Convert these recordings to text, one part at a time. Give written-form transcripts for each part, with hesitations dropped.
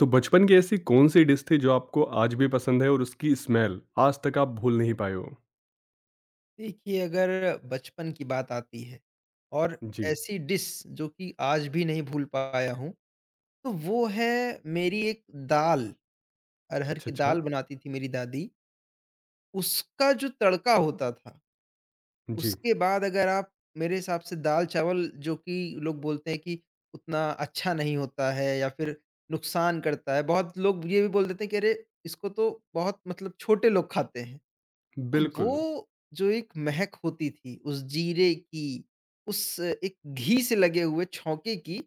तो बचपन की ऐसी कौन-सी डिश थी जो आपको आज भी पसंद है और उसकी स्मेल आज तक आप भूल नहीं पाए हो? देखिए, अगर बचपन की बात आती है और जी। ऐसी डिश जो कि आज भी नहीं भूल पाया हूँ, तो वो है मेरी एक दाल, अरहर अच्छा, की अच्छा। दाल बनाती थी मेरी दादी। उसका जो तड़का होता था, जी, उसके बाद अगर आप मेरे हिसाब से दाल-चावल जो कि लोग बोलते हैं कि उतना अच्छा नहीं होता है या फिर नुकसान करता है, बहुत लोग ये भी बोल देते हैं कि अरे! इसको तो बहुत मतलब छोटे लोग खाते हैं। तो बिल्कुल। वो जो एक महक होती थी, उस जीरे की, उस एक घी से लगे हुए छौंके की,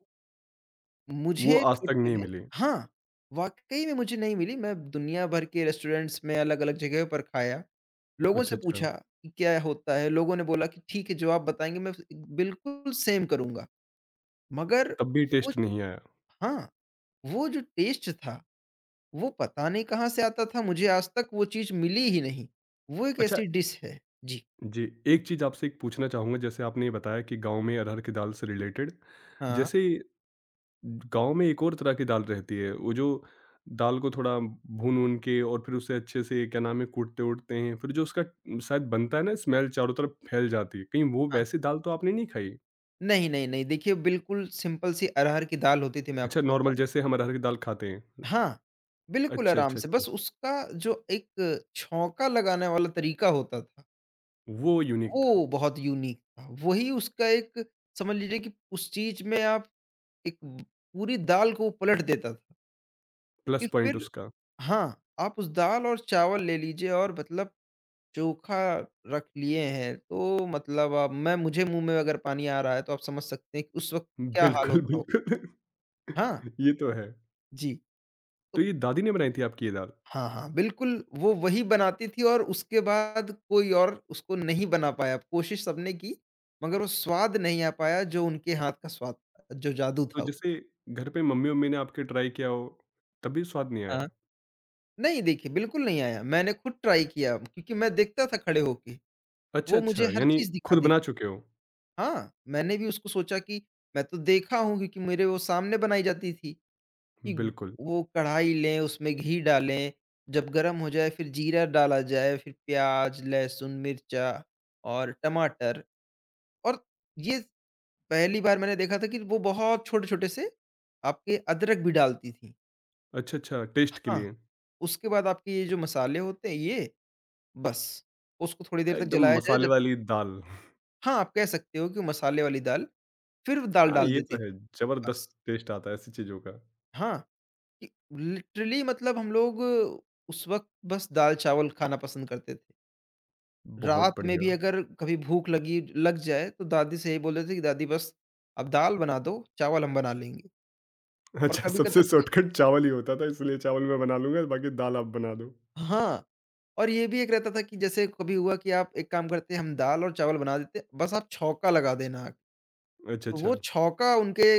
वो मुझे आज तक छोटे नहीं में मिली। हाँ, वाक़ई में मुझे नहीं मिली। मैं दुनिया भर के रेस्टोरेंट्स में अलग-अलग जगह पर खाया, लोगों अच्छा, से अच्छा। पूछा कि क्या होता है? लोगों ने बोला कि ठीक है, जो आप बताएँगे मैं बिल्कुल सेम करूँगा। मगर तब भी वो टेस्ट नहीं आया। हाँ, वो जो टेस्ट था, वो पता नहीं कहाँ से आता था, मुझे आज तक वो चीज़ मिली ही नहीं। वो एक अच्छा ऐसी डिश है। जी। जी, एक चीज़ आपसे एक पूछना चाहूँगा जैसे आपने ये बताया कि गाँव में अरहर की दाल से रिलेटेड, हाँ, जैसे गाँव में एक और तरह की दाल रहती है, वो जो दाल को थोड़ा भून-वून के और फिर उसे अच्छे से क्या नाम है कूटते-वूटते हैं, फिर जो उसका शायद बनता है ना स्मेल चारों तरफ फैल जाती है, कहीं वो हाँ। वैसी दाल तो आपने नहीं खाई? नहीं, नहीं, नहीं। देखिए, बिल्कुल सिंपल सी अरहर की दाल होती थी मैं अच्छा आपको नॉर्मल बताऊँ जैसे हम अरहर की दाल खाते हैं। हाँ, बिल्कुल अच्छा, आराम अच्छा, से अच्छा। बस उसका जो एक छौंका लगाने वाला तरीका होता था, वो यूनिक था, वो बहुत यूनिक था। वही उसका एक समझ लीजिए कि उस चीज़ में आप एक पूरी दाल को पलट देता था प्लस कि पॉइंट फिर उसका। हाँ, आप उस दाल और चावल ले लीजिए और मतलब चोखा रख लिए हैं, तो मतलब अब मैं मुझे मुँह में अगर पानी आ रहा है, तो आप समझ सकते हैं कि उस वक़्त क्या हाल बिल्कुल, होता होगा। बिल्कुल। हाँ, ये तो है। जी। तो तो ये दादी ने बनाई थी आपकी ये दाल? हाँ, हाँ, बिल्कुल, वो वही बनाती थी और उसके बाद कोई और उसको नहीं बना पाया। कोशिश सबने की, मगर वो स्वाद नहीं आ पाया जो उनके हाथ का स्वाद था, जो जादू तो था वो। जैसे घर पे मम्मी-वम्मी ने आपके ट्राई किया हो, तब भी स्वाद नहीं हाँ। आया? नहीं देखिए, बिल्कुल नहीं आया। मैंने खुद ट्राई किया क्योंकि मैं देखता था खड़े होके, अच्छा, वो मुझे अच्छा, हर यानी चीज़ खुद दिखाती थी। बना चुके हो? हाँ, मैंने भी उसको सोचा कि मैं तो देखा हूँ क्योंकि मेरे वो सामने बनाई जाती थी। कि बिल्कुल। वो कढ़ाई लें, उसमें घी डालें, जब गरम हो जाए फिर जीरा डाला जाए, फिर प्याज़, लहसुन, मिर्चा और टमाटर और ये पहली बार मैंने देखा था कि वो बहुत छोटे-छोटे से आपके अदरक भी डालती थीं। अच्छा, अच्छा, टेस्ट के हाँ, लिए। उसके बाद आपके ये जो मसाले होते हैं ये, बस, उसको थोड़ी देर तक एकदम जलाया जाए मसाले जब वाली दाल। हाँ, आप कह सकते हो कि वो मसाले वाली दाल, फिर वो दाल हाँ, डाल ये तो देती है, थीं, बस। ज़बरदस्त टेस्ट आता है ऐसी चीज़ों का। हाँ, कि लिटरली मतलब हम लोग उस वक़्त बस दाल-चावल खाना पसंद करते थे। बहुत रात में भी बढ़िया। अगर कभी भूख लगी लग जाए तो दादी से यही बोल देते कि दादी बस अब दाल बना दो, चावल हम बना लेंगे और अच्छा, कभी-कदा सबसे तो शॉर्टकट चावल ही होता था, इसलिए चावल मैं बना लूँगा, बाकी दाल आप बना दो। हाँ, और ये भी एक रहता था कि जैसे कभी हुआ कि आप एक काम करते हैं हम दाल और चावल बना देते हैं, बस आप छौंका लगा देना। अच्छा, तो वो अच्छा, छौंका उनके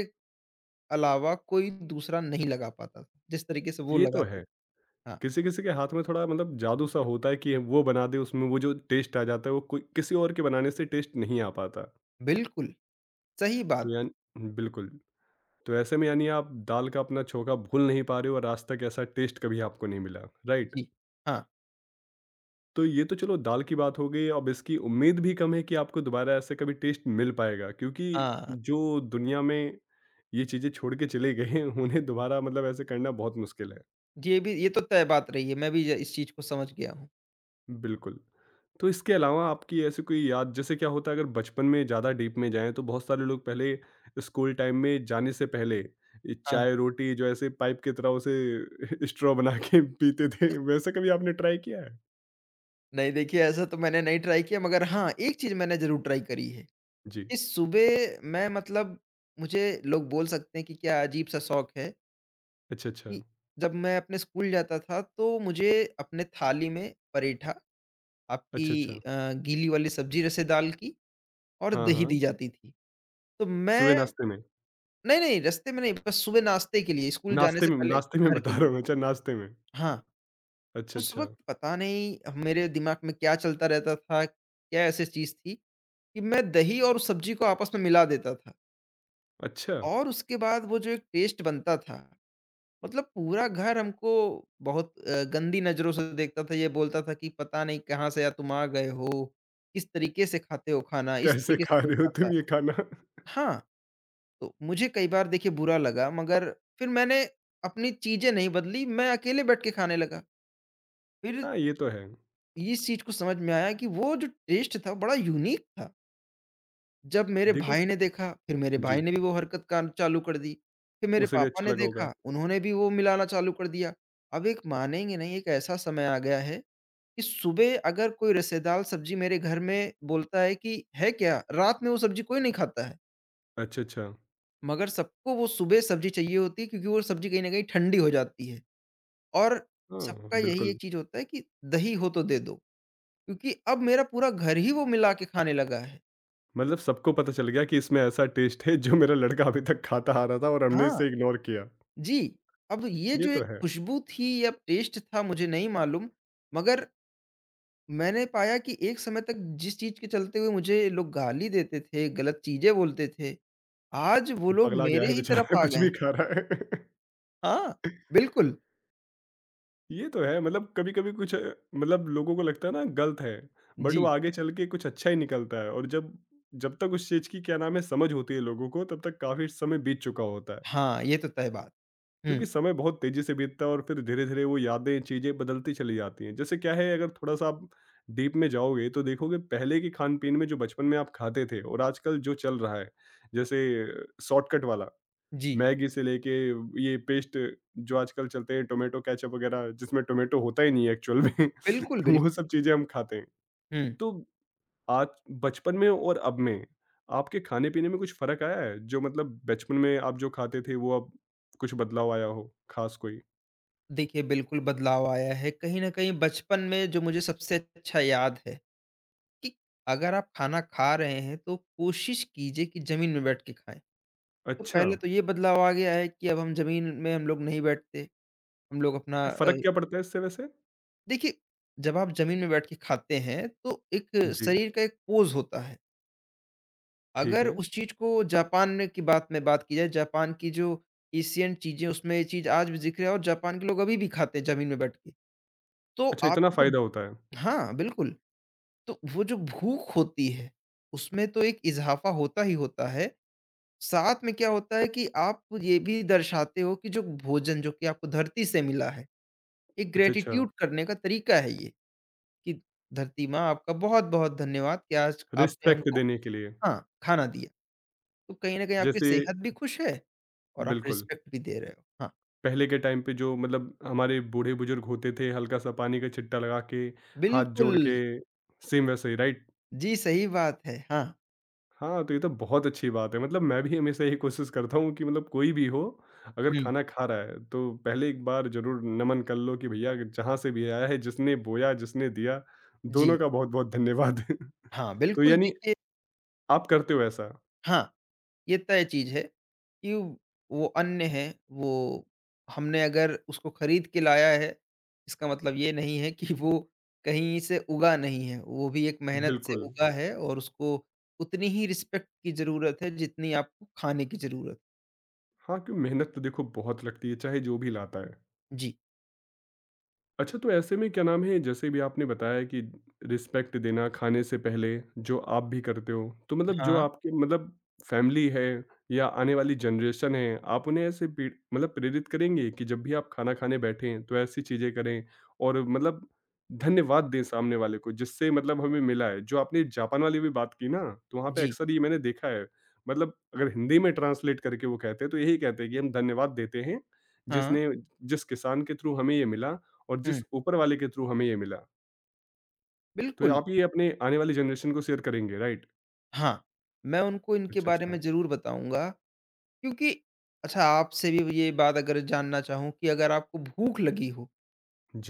अलावा कोई दूसरा नहीं लगा पाता, था जिस तरीके से वो ये तो लगाती थी। है। हाँ, किसी-किसी के हाथ में थोड़ा मतलब जादू-सा होता है कि वो बना दे, उसमें वो जो टेस्ट आ जाता है, वो कोई किसी और के बनाने से टेस्ट नहीं आ पाता। बिल्कुल, सही तो बात है। यान बिल्कुल, तो ऐसे में यानी आप दाल का अपना छोंका भूल नहीं पा रहे हो और आज तक ऐसा टेस्ट कभी आपको नहीं मिला, राइट? जी, हाँ, तो ये तो चलो दाल की बात हो गई, अब इसकी उम्मीद भी कम है कि आपको दोबारा ऐसे कभी टेस्ट मिल पाएगा क्योंकि हाँ, जो दुनिया में ये चीज़ें छोड़ के चले गए हैं, उन्हें दोबारा मतलब ऐसे करना बहुत मुश्किल है। ये भी ये तो तय बात रही है, मैं भी ज इस चीज़ को समझ गया हूँ। बिल्कुल। तो इसके अलावा आपकी ऐसी कोई याद जैसे क्या होता है अगर बचपन में ज़्यादा डीप में जाएँ तो बहुत सारे लोग पहले स्कूल टाइम में जाने से पहले ये हाँ। चाय-रोटी जो ऐसे पाइप की तरह उसे स्ट्रॉ बना के पीते थे, वैसा कभी आपने ट्राई किया है? नहीं देखिए ऐसा तो मैंने नहीं ट्राई किया मगर हाँ, एक चीज़ मैंने ज़रूर ट्राई करी है। जी। कि सुबह मैं मतलब मुझे लोग बोल सकते हैं कि क्या अजीब-सा शौक है अच्छा, अच्छा। कि जब मैं अपने स्कूल जाता था तो मुझे अपने थाली में पराठा, अच्छा, आपकी अच्छा। गीली वाली सब्ज़ी रसे दाल की और हाँ, दही दी हाँ। जाती थी। तो सुबह मैं नाश्ते में। नहीं, नहीं रास्ते में नहीं बस सुबह नाश्ते के लिए स्कूल जाने नाश्ते से में पहले नाश्ते में घर के बता लिए। रहा हूँ, अच्छा नाश्ते में। हाँ, अच्छा, उस अच्छा। वक़्त पता नहीं मेरे दिमाग में क्या चलता रहता था, क्या ऐसी चीज़ थी कि मैं दही और सब्ज़ी को आपस में मिला देता था अच्छा, और उसके बाद वो जो एक टेस्ट बनता था, मतलब पूरा घर हमको बहुत गंदी नज़रों से देखता था, ये बोलता था कि पता नहीं कहाँ से या तुम आ गए हो, किस तरीके से खाते हो खाना, इस कैसे तरीके से खा कोई रहे हो तुम खाता ये खाना? हाँ, तो मुझे कई बार देखिए बुरा लगा मगर फिर मैंने अपनी चीज़ें नहीं बदली, मैं अकेले बैठ के खाने लगा। फिर हाँ, ये तो है। इस चीज़ को समझ में आया कि वो जो टेस्ट था बड़ा यूनिक था। जब मेरे देखो भाई ने देखा, फिर मेरे भाई जी, ने भी वो हरकत कार चालू कर दी। फिर मेरे उसे भी पापा अच्छा ने लगा होगा। देखा, उन्होंने भी वो मिलाना चालू कर दिया। अब एक मानेंगे नहीं, एक ऐसा समय आ गया है कि सुबह अगर कोई रसेदार सब्ज़ी मेरे घर में बोलता है कि, "है क्या?" रात में वो सब्ज़ी कोई नहीं खाता है। अच्छा, अच्छा। मगर सबको वो सुबह सब्ज़ी चाहिए होती है क्योंकि वो सब्ज़ी कहीं न कहीं ठंडी हो जाती है और हाँ, सबका यही बिल्कुल। एक चीज़ होता है कि दही हो तो दे दो, क्योंकि अब मेरा पूरा घर ही वो मिला के खाने लगा है। मतलब सबको पता चल गया कि इसमें ऐसा टेस्ट है जो मेरा लड़का अभी तक खाता आ रहा था और हमने हाँ। इसे इग्नोर किया। जी, अब ये ये जो तो एक है, खुशबू थी या टेस्ट था मुझे नहीं मालूम, मगर मैंने पाया कि एक समय तक जिस चीज़ के चलते हुए मुझे लोग गाली देते थे, गलत चीज़ें बोलते थे, आज वो लोग पगला गया मेरे है ही तरफ बेचारा आ कुछ गए हैं। भी खा रहा है। हाँ, बिल्कुल। ये तो है मतलब कभी-कभी कुछ मतलब लोगों को लगता है ना गलत है, बट वो जी, आगे चल के कुछ अच्छा ही निकलता है और जब जब तक उस चीज़ की क्या नाम है समझ होती है लोगों को तब तक काफ़ी समय बीत चुका होता है। हाँ, ये तो तय बात। हुँ, क्योंकि समय बहुत तेज़ी से बीतता है और फिर धीरे-धीरे वो यादें, चीज़ें बदलती चली जाती हैं। जैसे क्या है अगर थोड़ा-सा आप डीप में जाओगे तो देखोगे पहले के खान-पीन में जो बचपन में आप खाते थे और आजकल जो चल रहा है, जैसे शॉर्टकट वाला जी, मैगी से लेके ये पेस्ट जो आजकल चलते हैं टोमेटो केचअप वगैरह जिसमें टोमेटो होता ही नहीं है एक्चुअल में बिल्कुल, बिल्कुल। वो सब चीज़ें हम खाते हैं। हुँ, तो आज बचपन में और अब में आपके खाने-पीने में कुछ फ़र्क आया है? जो मतलब बचपन में आप जो खाते थे वो अब कुछ बदलाव आया हो ख़ास कोई? देखिए बिल्कुल बदलाव आया है, कहीं न कहीं बचपन में जो मुझे सबसे अच्छा याद है कि अगर आप खाना खा रहे हैं तो कोशिश कीजिए कि ज़मीन में बैठ के खाएँ। तो अच्छा, पहले तो ये बदलाव आ गया है कि अब हम ज़मीन में हम लोग नहीं बैठते, हम लोग अपना अच्छा फ़र्क क्या पड़ता है इससे वैसे? देखिए जब आप ज़मीन में बैठ के खाते हैं तो एक जी, शरीर का एक पोज़ होता है। ठीक अगर है। उस चीज़ को जापान में की बात में बात की जाए, जापान की जो एशियन चीज़ें उसमें ये चीज़ आज भी ज़िक्र है और जापान के लोग अभी भी खाते हैं ज़मीन में बैठ के। तो अच्छा आप इतना जो फ़ायदा होता है। हाँ, बिल्कुल। तो वो जो भूख होती है, उसमें तो एक इज़ाफ़ा होता ही होता है। साथ में क्या होता है कि आप ये भी दर्शाते हो कि जो भोजन जो कि आपको धरती से मिला है, एक अच्छा, अच्छा। ग्रैटिट्यूड करने का तरीका है ये, कि धरती माँ आपका बहुत-बहुत धन्यवाद कि आज आपने रिस्पेक्ट हमको देने के लिए। हाँ, खाना दिया। तो कहीं न कहीं आपकी जैसे सेहत भी खुश है और आप बिल्कुल। रिस्पेक्ट भी दे रहे हो। हाँ, पहले के टाइम पे जो मतलब हमारे बूढ़े-बुजुर्ग होते थे, हल्का-सा पानी का छिट्टा लगा के, हाथ बिल्कुल। जोड़ के, सेम वैसे ही, राइट? जी, सही बात है। हाँ। हाँ, तो ये तो बहुत अच्छी बात है, मतलब मैं भी हमेशा यही कोशिश करता हूँ कि मतलब कोई भी हो, अगर हुँ। खाना खा रहा है, तो पहले एक बार ज़रूर नमन कर लो कि भैया जहाँ से भी आया है, जिसने बोया, जिसने दिया, जी। दोनों का बहुत-बहुत धन्यवाद। हाँ, तो बिल्कुल यानी देखिए आप करते हो ऐसा? हाँ। ये तय चीज़ है कि वो अन्न है, वो हमने अगर उसको खरीद के लाया है, इसका मतलब ये नहीं है कि वो कहीं से उगा नहीं है। वो भी एक मेहनत से बिल्कुल। उगा है और उसको उतनी ही रिस्पेक्ट की ज़रूरत है, जितनी आपको खाने की ज़रूरत हाँ, क्यों मेहनत तो देखो बहुत लगती है, चाहे जो भी लाता है। जी। अच्छा, तो ऐसे में क्या नाम है, जैसे भी आपने बताया कि रिस्पेक्ट देना खाने से पहले, जो आप भी करते हो, तो मतलब जो हाँ, आपके मतलब फैमिली है या आने वाली जनरेशन है, आप उन्हें ऐसे पी मतलब प्रेरित करेंगे कि जब भी आप खाना खाने बैठें, तो ऐसी चीज़ें करें और मतलब धन्यवाद दें सामने वाले को, जिससे मतलब हमें मिला है। जो आपने जापान वाली भी बात की ना, तो वहाँ पे जी, अक्सर ये मैंने देखा है, मतलब अगर हिंदी में ट्रांसलेट करके वो कहते हैं, तो यही कहते हैं कि हम धन्यवाद देते हैं, हाँ, जिसने जिस किसान के थ्रू हमें ये मिला और जिस हुँ, ऊपर वाले के थ्रू हमें ये मिला, तो बिल्कुल। आप ये अपने आने वाली जनरेशन को शेयर करेंगे, राइट? हाँ, मैं उनको इनके अच्छा, बारे में अच्छा। ज़रूर बताऊँगा क्योंकि अच्छा आपसे भी ये बात अगर जानना चाहूँ कि अगर आपको भूख लगी हो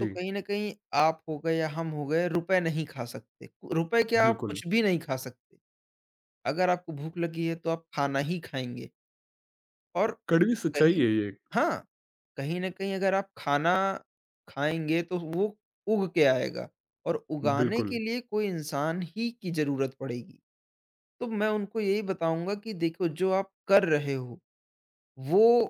तो कहीं न कहीं आप हो गए या हम हो गए, रुपए नहीं खा सकते। रुपए क्या आप बिल्कुल। कुछ भी नहीं खा सकते। अगर आपको भूख लगी है तो आप खाना ही खाएँगे और कड़वी सच्चाई कहीं है ये, हाँ, कहीं न कहीं अगर आप खाना खाएँगे तो वो उग के आएगा और उगाने बिल्कुल। के लिए कोई इंसान ही की ज़रूरत पड़ेगी। तो मैं उनको यही बताऊँगा कि देखो जो आप कर रहे हो, वो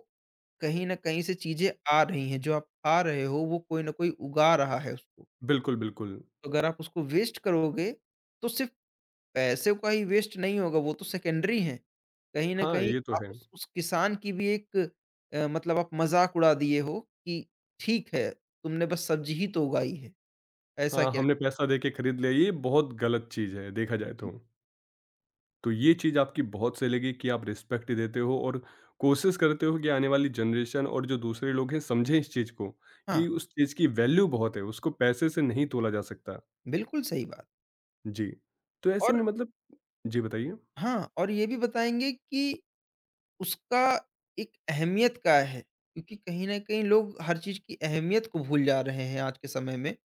कहीं न कहीं से चीज़ें आ रही हैं, जो आप खा रहे हो वो कोई न कोई उगा रहा है उसको। बिल्कुल, बिल्कुल। तो अगर आप उसको वेस्ट करोगे, तो सिर्फ़ पैसे का ही वेस्ट नहीं होगा, वो तो सेकेंडरी हैं। कहीं न हाँ, कहीं ये तो आप है। उस किसान की भी एक मतलब आप मज़ाक उड़ा दिए हो कि ठीक है, तुमने बस सब्ज़ी ही तो उगाई है, ऐसा हाँ, क्या? हमने पैसा दे के खरीद लिया, ये बहुत गलत चीज़ है, देखा जाए जी, तो। तो ये चीज़ आपकी बहुत सही कि आप रिस्पेक्ट देते हो और कोशिश करते हो कि आने वाली जनरेशन और जो दूसरे लोग हैं, समझें इस चीज़ को कि हाँ, उस चीज़ की वैल्यू बहुत है, उसको पैसे से नहीं तोला जा सकता। बिल्कुल सही बात। जी, तो ऐसे में और मतलब जी, बताइए। हाँ, और ये भी बताएँगे कि उसका एक अहमियत क्या है? क्योंकि कहीं न कहीं लोग हर चीज़ की अहमियत को भूल जा रहे हैं आज के समय में।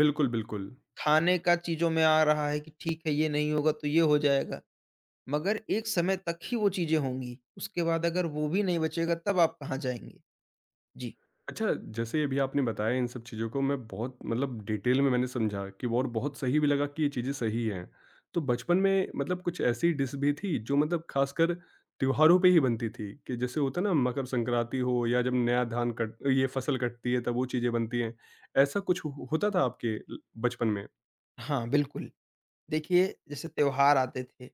बिल्कुल, बिल्कुल। खाने का चीज़ों में आ रहा है कि ठीक है, ये नहीं होगा तो ये हो जाएगा। मगर एक समय तक ही वो चीज़ें होंगी, उसके बाद अगर वो भी नहीं बचेगा तब आप कहाँ जाएँगे? जी। अच्छा, जैसे अभी आपने बताया इन सब चीज़ों को मैं बहुत मतलब डिटेल में मैंने समझा कि और बहुत सही भी लगा कि ये चीज़ें सही हैं। तो बचपन में मतलब कुछ ऐसी डिश भी थी जो मतलब ख़ासकर त्योहारों पे ही बनती थी कि जैसे होता है ना मकर संक्रांति हो या जब नया धान कट ये फ़सल कटती है तब वो चीज़ें बनती हैं। ऐसा कुछ हो होता था आपके ल बचपन में? हाँ, बिल्कुल। देखिए जैसे त्योहार आते थे,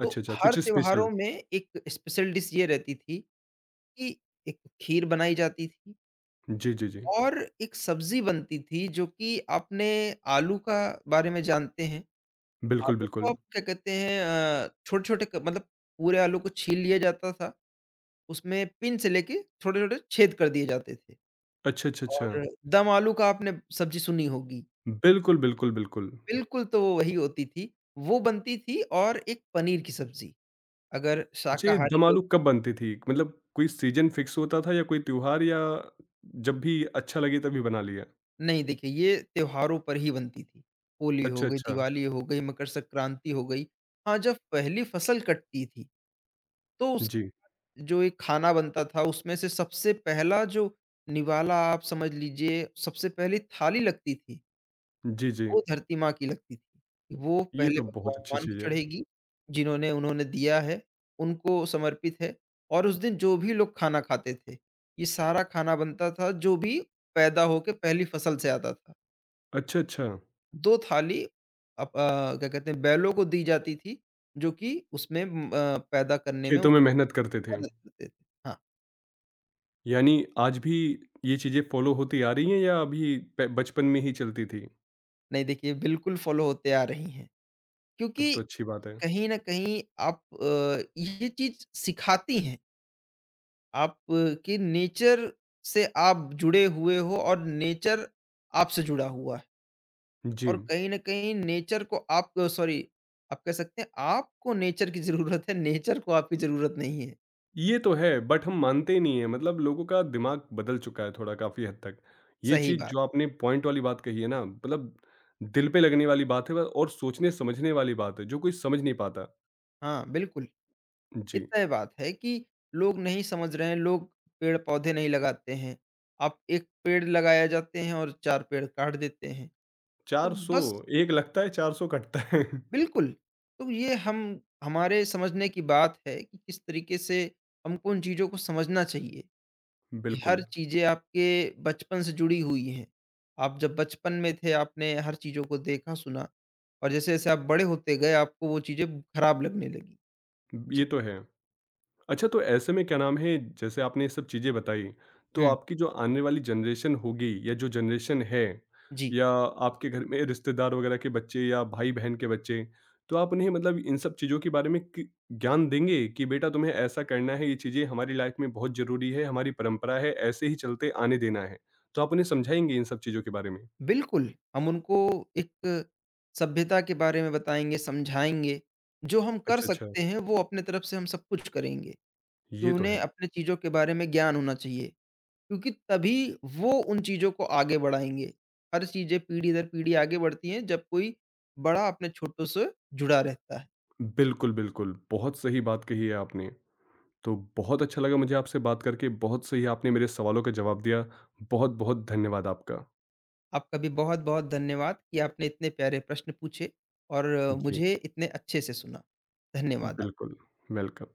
तो अच्छा, अच्छा हर कुछ त्योहारों स्पेशल? में एक स्पेशल डिश ये रहती थी कि एक खीर बनाई जाती थी जी, जी, जी। और एक सब्ज़ी बनती थी जो कि आपने आलू का बारे में जानते हैं। बिल्कुल, आलू को बिल्कुल। आप क्या कहते हैं छोटे-छोटे क मतलब पूरे आलू को छील लिया जाता था, उसमें पिन से लेके छोटे-छोटे छेद कर दिए जाते थे। अच्छा, अच्छा, अच्छा। और दम आलू का आपने सब्ज़ी सुनी होगी, बिल्कुल, बिल्कुल, बिल्कुल। बिल्कुल तो वो वही होती थी। वो बनती थी और एक पनीर की सब्ज़ी, अगर अच्छा, ये शाकाहारी दम लोग आलू कब बनती थी? मतलब कोई सीज़न फिक्स होता था या कोई त्योहार या जब भी अच्छा लगे तभी बना लिया? नहीं देखिए ये त्योहारों पर ही बनती थी। होली हो अच्छा, गई, अच्छा। दिवाली हो गई, मकर संक्रांति हो गई। हाँ, जब पहली फ़सल कटती थी तो उस जी। जो एक खाना बनता था उसमें से सबसे पहला जो निवाला आप समझ लीजिए सबसे पहली थाली लगती थी जी, जी। वो धरती माँ की लगती थी। वो ये पहले तो बहुत अच्छी भगवान को चीज़ है। चढ़ेगी, जिन्होंने उन्होंने दिया है, उनको समर्पित है और उस दिन जो भी लोग खाना खाते थे, ये सारा खाना बनता था जो भी पैदा होके पहली फ़सल से आता था। अच्छा, अच्छा। 2 थाली क्या कहते हैं बैलों को दी जाती थी, जो कि उसमें पैदा करने में खेतों में उनकी मेहनत करते थे। मदद करते थे। हाँ, यानी आज भी ये चीज़ें फ़ॉलो होती आ रही हैं या अभी प बचपन में ही चलती थी? नहीं देखिए बिल्कुल फ़ॉलो होते आ रही हैं, तब क्योंकि तो अच्छी बात है। कहीं न कहीं आप ये चीज़ सिखाती हैं आप की नेचर से आप जुड़े हुए हो और नेचर आपसे जुड़ा हुआ है जी। और कहीं न कहीं नेचर को आप सॉरी आप कह सकते हैं आपको नेचर की ज़रूरत है, नेचर को आपकी ज़रूरत नहीं है। ये तो है, बट हम मानते ही नहीं हैं मतलब लोगों का दिमाग बदल चुका है थोड़ा काफ़ी हद तक। ये सही चीज़ बात। जो आपने पॉइंट वाली बात कही है ना, मतलब दिल पे लगने वाली बात है और सोचने-समझने वाली बात है, जो कोई समझ नहीं पाता। हाँ, बिल्कुल। ये जी, तय बात है कि लोग नहीं समझ रहे हैं, लोग पेड़-पौधे नहीं लगाते हैं। आप 1 पेड़ लगाए जाते हैं और 4 पेड़ काट देते हैं। तो 400। बस 1 लगता है, 400 कटता है। बिल्कुल, तो ये हम हमारे समझने की बात है कि किस तरीके से हमको उन चीज़ों को समझना चाहिए, कि हर बिल्कुल, चीज़ें आपके बचपन से जुड़ी हुई हैं। आप जब बचपन में थे, आपने हर चीज़ों को देखा, सुना और जैसे-जैसे आप बड़े होते गए, आपको वो चीज़ें खराब लगने लगीं। जी। ये तो है। अच्छा, तो ऐसे में क्या नाम है, जैसे आपने ये सब चीज़ें बताई, तो हुँ, आपकी जो आने वाली जनरेशन होगी या जो जनरेशन है जी, या आपके घर में रिश्तेदार वगैरह के बच्चे या भाई-बहन के बच्चे, तो आप उन्हें मतलब इन सब चीज़ों के बारे में कि ज्ञान देंगे कि बेटा तुम्हें ऐसा करना है, ये चीज़ें हमारी लाइफ में बहुत ज़रूरी है, हमारी परंपरा है, ऐसे ही चलते आने देना है। तो आप उन्हें समझाएँगे इन सब चीज़ों के बारे में? बिल्कुल, हम उनको एक सभ्यता के बारे में बताएँगे, समझाएँगे। जो हम कर अच्छा, अच्छा, सकते हैं, वो अपने तरफ से हम सब कुछ करेंगे, कि ये तो उन्हें है। अपने चीज़ों के बारे में ज्ञान होना चाहिए। क्योंकि तभी वो उन चीज़ों को आगे बढ़ाएँगे। हर चीज़ें पीढ़ी दर पीढ़ी आगे बढ़ती हैं जब कोई बड़ा अपने छोटों से जुड़ा रहता है। जी। बिल्कुल, बिल्कुल, बहुत सही बात कही है आपने। तो बहुत अच्छा लगा मुझे आपसे बात करके, बहुत सही आपने मेरे सवालों का जवाब दिया। बहुत-बहुत धन्यवाद आपका। आपका भी बहुत-बहुत धन्यवाद कि आपने इतने प्यारे प्रश्न पूछे और जी। मुझे इतने अच्छे से सुना। धन्यवाद आप बिल्कुल, वेलकम।